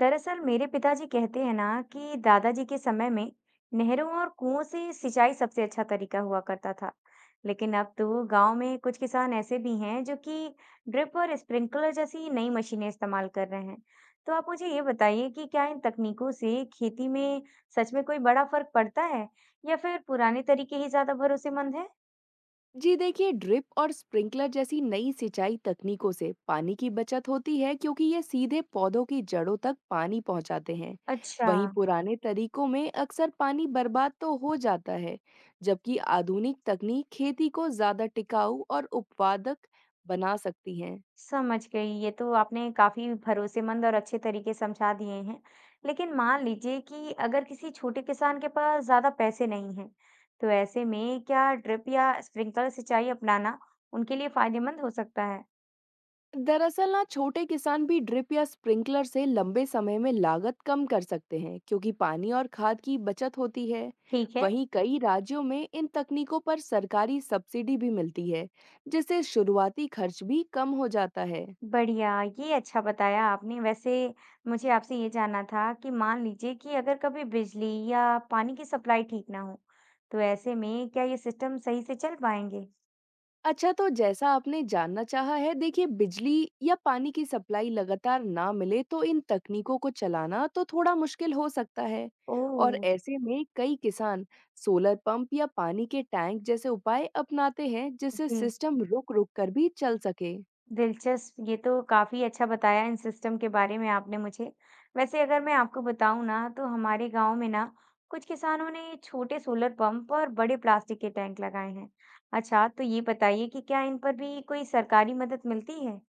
दरअसल मेरे पिताजी कहते हैं ना कि दादाजी के समय में नहरों और कुओं से सिंचाई सबसे अच्छा तरीका हुआ करता था। लेकिन अब तो गांव में कुछ किसान ऐसे भी हैं जो कि ड्रिप और स्प्रिंकलर जैसी नई मशीनें इस्तेमाल कर रहे हैं। तो आप मुझे ये बताइए कि क्या इन तकनीकों से खेती में सच में कोई बड़ा फर्क पड़ता है या फिर पुराने तरीके ही ज्यादा भरोसेमंद है। जी देखिए ड्रिप और स्प्रिंकलर जैसी नई सिंचाई तकनीकों से पानी की बचत होती है क्योंकि ये सीधे पौधों की जड़ों तक पानी पहुंचाते हैं। अच्छा, वहीं पुराने तरीकों में अक्सर पानी बर्बाद तो हो जाता है। जबकि आधुनिक तकनीक खेती को ज्यादा टिकाऊ और उत्पादक बना सकती है। समझ गई। ये तो आपने काफ़ी भरोसेमंद और अच्छे तरीके समझा दिए हैं। लेकिन मान लीजिए कि अगर किसी छोटे किसान के पास ज़्यादा पैसे नहीं हैं, तो ऐसे में क्या ड्रिप या स्प्रिंकलर सिंचाई अपनाना उनके लिए फायदेमंद हो सकता है? दरअसल ना, छोटे किसान भी ड्रिप या स्प्रिंकलर से लंबे समय में लागत कम कर सकते हैं, क्योंकि पानी और खाद की बचत होती है। ठीक है, वहीं कई राज्यों में इन तकनीकों पर सरकारी सब्सिडी भी मिलती है, जिससे शुरुआती खर्च भी कम हो जाता है। बढ़िया। ये अच्छा बताया आपने। वैसे मुझे आपसे ये जानना था कि मान लीजिए कि अगर कभी बिजली या पानी की सप्लाई ठीक ना हो, तो ऐसे में क्या ये सिस्टम सही से चल पाएंगे? अच्छा, तो जैसा आपने जानना चाहा है, देखिए बिजली या पानी की सप्लाई लगातार ना मिले तो इन तकनीकों को चलाना तो थोड़ा मुश्किल हो सकता है। और ओह! ऐसे में कई किसान सोलर पंप या पानी के टैंक जैसे उपाय अपनाते हैं, जिससे जी। सिस्टम रुक-रुक कर भी चल सके। दिलचस्प, ये तो काफ़ी अच्छा बताया इन सिस्टम के बारे में आपने मुझे। वैसे अगर मैं आपको बताऊँ ना, तो हमारे गाँव में ना कुछ किसानों ने छोटे सोलर पंप और बड़े प्लास्टिक के टैंक लगाए हैं। अच्छा, तो ये बताइए कि क्या इन पर भी कोई सरकारी मदद मिलती है?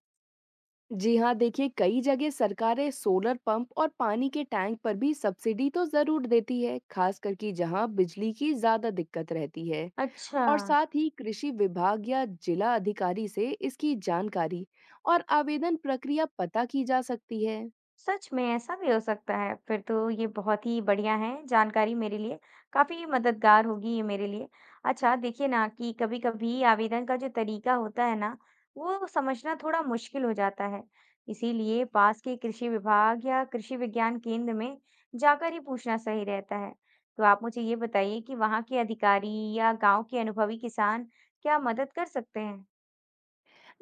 जी हाँ, देखिए कई जगह सरकारें सोलर पंप और पानी के टैंक पर भी सब्सिडी तो जरूर देती है, खास करके जहाँ बिजली की ज्यादा दिक्कत रहती है। अच्छा, और साथ ही कृषि विभाग या जिला अधिकारी से इसकी जानकारी और आवेदन प्रक्रिया पता की जा सकती है। सच में ऐसा भी हो सकता है। फिर तो ये बहुत ही बढ़िया है, जानकारी मेरे लिए काफ़ी मददगार होगी ये मेरे लिए। अच्छा, देखिए ना कि कभी-कभी आवेदन का जो तरीका होता है ना, वो समझना थोड़ा मुश्किल हो जाता है। इसीलिए पास के कृषि विभाग या कृषि विज्ञान केंद्र में जाकर ही पूछना सही रहता है। तो आप मुझे ये बताइए कि वहाँ के अधिकारी या गाँव के अनुभवी किसान क्या मदद कर सकते हैं?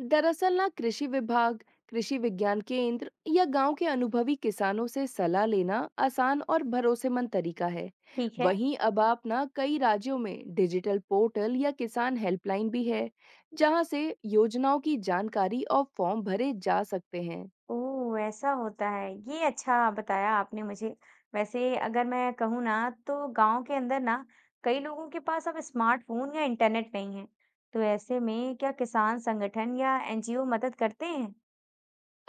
दरअसल ना, कृषि विभाग, कृषि विज्ञान केंद्र या गांव के अनुभवी किसानों से सलाह लेना आसान और भरोसेमंद तरीका है। ठीक है। वहीं अब आप ना, कई राज्यों में डिजिटल पोर्टल या किसान हेल्पलाइन भी है, जहां से योजनाओं की जानकारी और फॉर्म भरे जा सकते हैं। ओह! ऐसा होता है। ये अच्छा बताया आपने मुझे। वैसे अगर मैं कहूँ ना, तो गाँव के अंदर ना कई लोगों के पास अब स्मार्टफ़ोन या इंटरनेट नहीं है। तो ऐसे में क्या किसान संगठन या एनजीओ मदद करते हैं?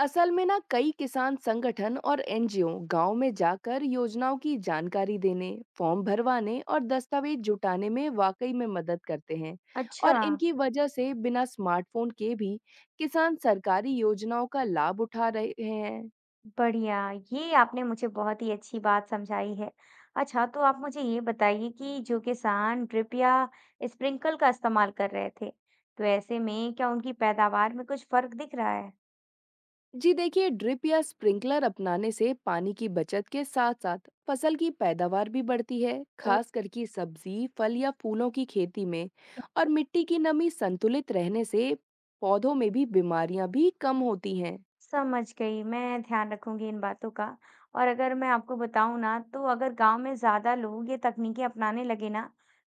असल में ना, कई किसान संगठन और एनजीओ गांव में जाकर योजनाओं की जानकारी देने, फॉर्म भरवाने और दस्तावेज जुटाने में वाकई में मदद करते हैं। अच्छा। और इनकी वजह से बिना स्मार्टफोन के भी किसान सरकारी योजनाओं का लाभ उठा रहे हैं। बढ़िया, ये आपने मुझे बहुत ही अच्छी बात समझाई है। अच्छा, तो आप मुझे ये बताइए कि जो किसान ड्रिप या स्प्रिंकल का इस्तेमाल कर रहे थे, तो ऐसे में क्या उनकी पैदावार में कुछ फ़र्क दिख रहा है? जी देखिए ड्रिप या स्प्रिंकलर अपनाने से पानी की बचत के साथ साथ फसल की पैदावार भी बढ़ती है, ओह! खास करके सब्जी फल या फूलों की खेती में। और मिट्टी की नमी संतुलित रहने से पौधों में भी बीमारियां भी कम होती हैं। समझ गई, मैं ध्यान रखूँगी इन बातों का। और अगर मैं आपको बताऊँ ना, तो अगर गाँव में ज़्यादा लोग ये तकनीकें अपनाने लगे ना,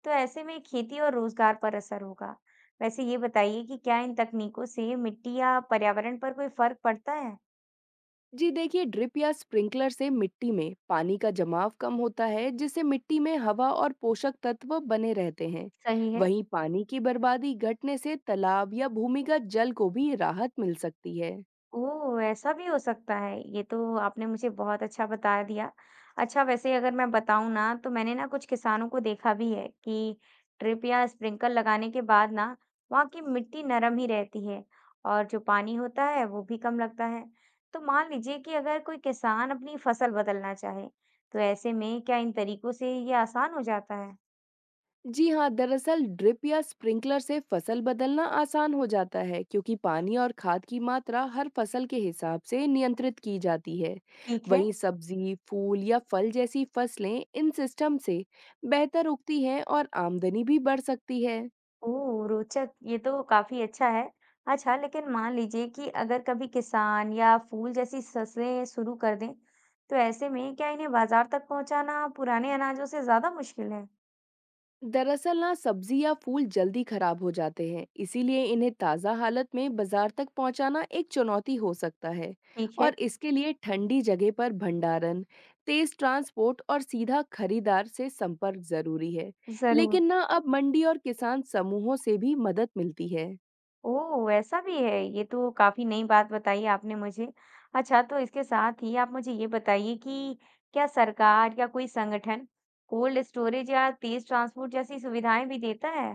तो ऐसे में खेती और रोज़गार पर असर होगा। वैसे ये बताइए कि क्या इन तकनीकों से मिट्टी या पर्यावरण पर कोई फ़र्क पड़ता है? जी देखिए ड्रिप या स्प्रिंकलर से मिट्टी में पानी का जमाव कम होता है, जिससे मिट्टी में हवा और पोषक तत्व बने रहते हैं। सही है। वहीं पानी की बर्बादी घटने से तालाब या भूमिगत जल को भी राहत मिल सकती है। ओह! ऐसा भी हो सकता है, ये तो आपने मुझे बहुत अच्छा बता दिया। अच्छा, वैसे अगर मैं बताऊँ ना, तो मैंने ना कुछ किसानों को देखा भी है कि ड्रिप या स्प्रिंकल लगाने के बाद ना वहाँ की मिट्टी नरम ही रहती है और जो पानी होता है वो भी कम लगता है। तो मान लीजिए कि अगर कोई किसान अपनी फसल बदलना चाहे, तो ऐसे में क्या इन तरीकों से ये आसान हो जाता है? जी हाँ, दरअसल ड्रिप या स्प्रिंकलर से फसल बदलना आसान हो जाता है, क्योंकि पानी और खाद की मात्रा हर फसल के हिसाब से नियंत्रित की जाती है। ठीक है। वहीं सब्जी, फूल या फल जैसी फसलें इन सिस्टम से बेहतर उगती हैं और आमदनी भी बढ़ सकती है। ओह! रोचक, ये तो काफ़ी अच्छा है। अच्छा, लेकिन मान लीजिए कि अगर कभी किसान या फूल जैसी फसलें शुरू कर दें, तो ऐसे में क्या इन्हें बाज़ार तक पहुंचाना पुराने अनाजों से ज़्यादा मुश्किल है? दरअसल ना, सब्जी या फूल जल्दी खराब हो जाते हैं, इसीलिए इन्हें ताज़ा हालत में बाजार तक पहुंचाना एक चुनौती हो सकता है। ठीक है। और इसके लिए ठंडी जगह पर भंडारण, तेज ट्रांसपोर्ट और सीधा खरीदार से संपर्क जरूरी है। ज़रूर। लेकिन ना, अब मंडी और किसान समूहों से भी मदद मिलती है। ओह! ऐसा भी है, ये तो काफ़ी नई बात बताई आपने मुझे। अच्छा, तो इसके साथ ही आप मुझे ये बताइए कि क्या सरकार या कोई संगठन कोल्ड स्टोरेज या तेज़ ट्रांसपोर्ट जैसी सुविधाएं भी देता है?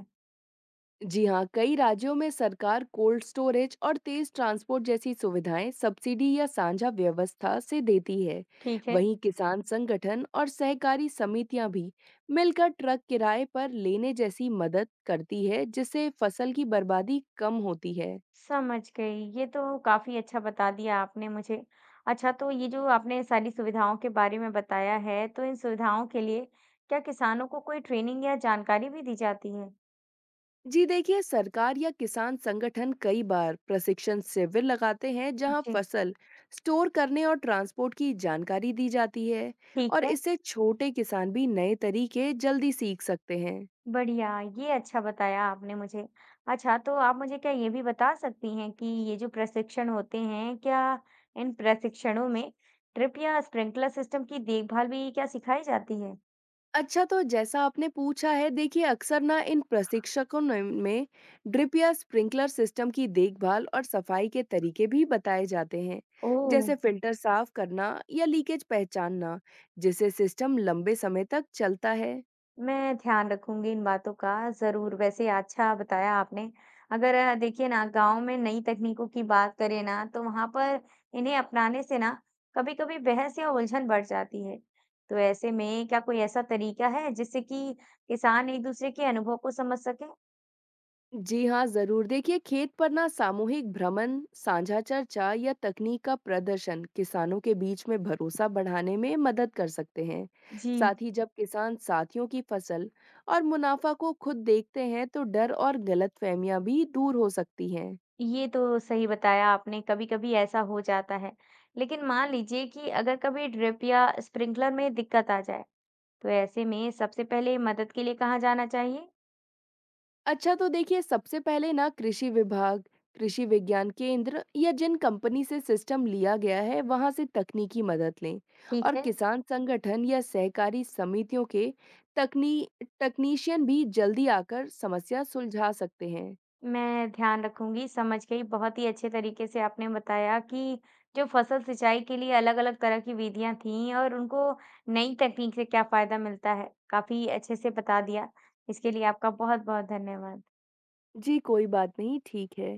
जी हाँ, कई राज्यों में सरकार कोल्ड स्टोरेज और तेज ट्रांसपोर्ट जैसी सुविधाएं सब्सिडी या साझा व्यवस्था से देती है। ठीक है। वहीं किसान संगठन और सहकारी समितियां भी मिलकर ट्रक किराए पर लेने जैसी मदद करती है, जिससे फसल की बर्बादी कम होती है। समझ गई। ये तो काफ़ी अच्छा बता दिया आपने मुझे। अच्छा, तो ये जो आपने सारी सुविधाओं के बारे में बताया है, तो इन सुविधाओं के लिए क्या किसानों को कोई ट्रेनिंग या जानकारी भी दी जाती है? जी देखिए सरकार या किसान संगठन कई बार प्रशिक्षण शिविर लगाते हैं, जहां जी। फसल स्टोर करने और ट्रांसपोर्ट की जानकारी दी जाती है। ठीक और है, इससे छोटे किसान भी नए तरीके जल्दी सीख सकते हैं। बढ़िया, ये अच्छा बताया आपने मुझे। अच्छा, तो आप मुझे क्या ये भी बता सकती हैं कि ये जो प्रशिक्षण होते हैं, क्या इन प्रशिक्षणों में ड्रिप या स्प्रिंकलर सिस्टम की देखभाल भी क्या सिखाई जाती है? अच्छा, तो जैसा आपने पूछा है, देखिए अक्सर ना में ड्रिप या स्प्रिंकलर सिस्टम की देखभाल और सफाई के तरीके भी बताए जाते हैं, ओह! जैसे फिल्टर साफ करना या लीकेज पहचानना, जिसे सिस्टम लंबे समय तक चलता है। मैं ध्यान रखूंगी इन बातों का जरूर। वैसे अच्छा बताया आपने। अगर अ, देखिए ना, गांव में नई तकनीकों की बात करें ना, तो वहां पर इन्हें अपनाने से ना कभी-कभी बहस या उलझन बढ़ जाती है। तो ऐसे में क्या कोई ऐसा तरीका है जिससे कि किसान एक दूसरे के अनुभव को समझ सके? जी हाँ, ज़रूर। देखिए, खेत पर ना, सामूहिक भ्रमण, साझा चर्चा या तकनीक का प्रदर्शन किसानों के बीच में भरोसा बढ़ाने में मदद कर सकते हैं। जी। साथ ही जब किसान साथियों की फसल और मुनाफा को खुद देखते हैं, तो डर और गलतफहमियां भी दूर हो सकती हैं। ये तो सही बताया आपने, कभी-कभी ऐसा हो जाता है। लेकिन मान लीजिए कि अगर कभी ड्रिप या स्प्रिंकलर में दिक्कत आ जाए, तो ऐसे में सबसे पहले मदद के लिए कहाँ जाना चाहिए? अच्छा, तो देखिए सबसे पहले ना, कृषि विभाग, कृषि विज्ञान केंद्र या जिन कंपनी से सिस्टम लिया गया है वहां से तकनीकी मदद लें। ठीक और है। किसान संगठन या सहकारी समितियों के तकनी तकनीशियन भी जल्दी आकर समस्या सुलझा सकते हैं। मैं ध्यान रखूंगी, समझ गई। बहुत ही अच्छे तरीके से आपने बताया कि जो फसल सिंचाई के लिए अलग-अलग तरह की विधियां थीं और उनको नई तकनीक से क्या फायदा मिलता है। काफी अच्छे से बता दिया। इसके लिए आपका बहुत-बहुत धन्यवाद। जी कोई बात नहीं, ठीक है।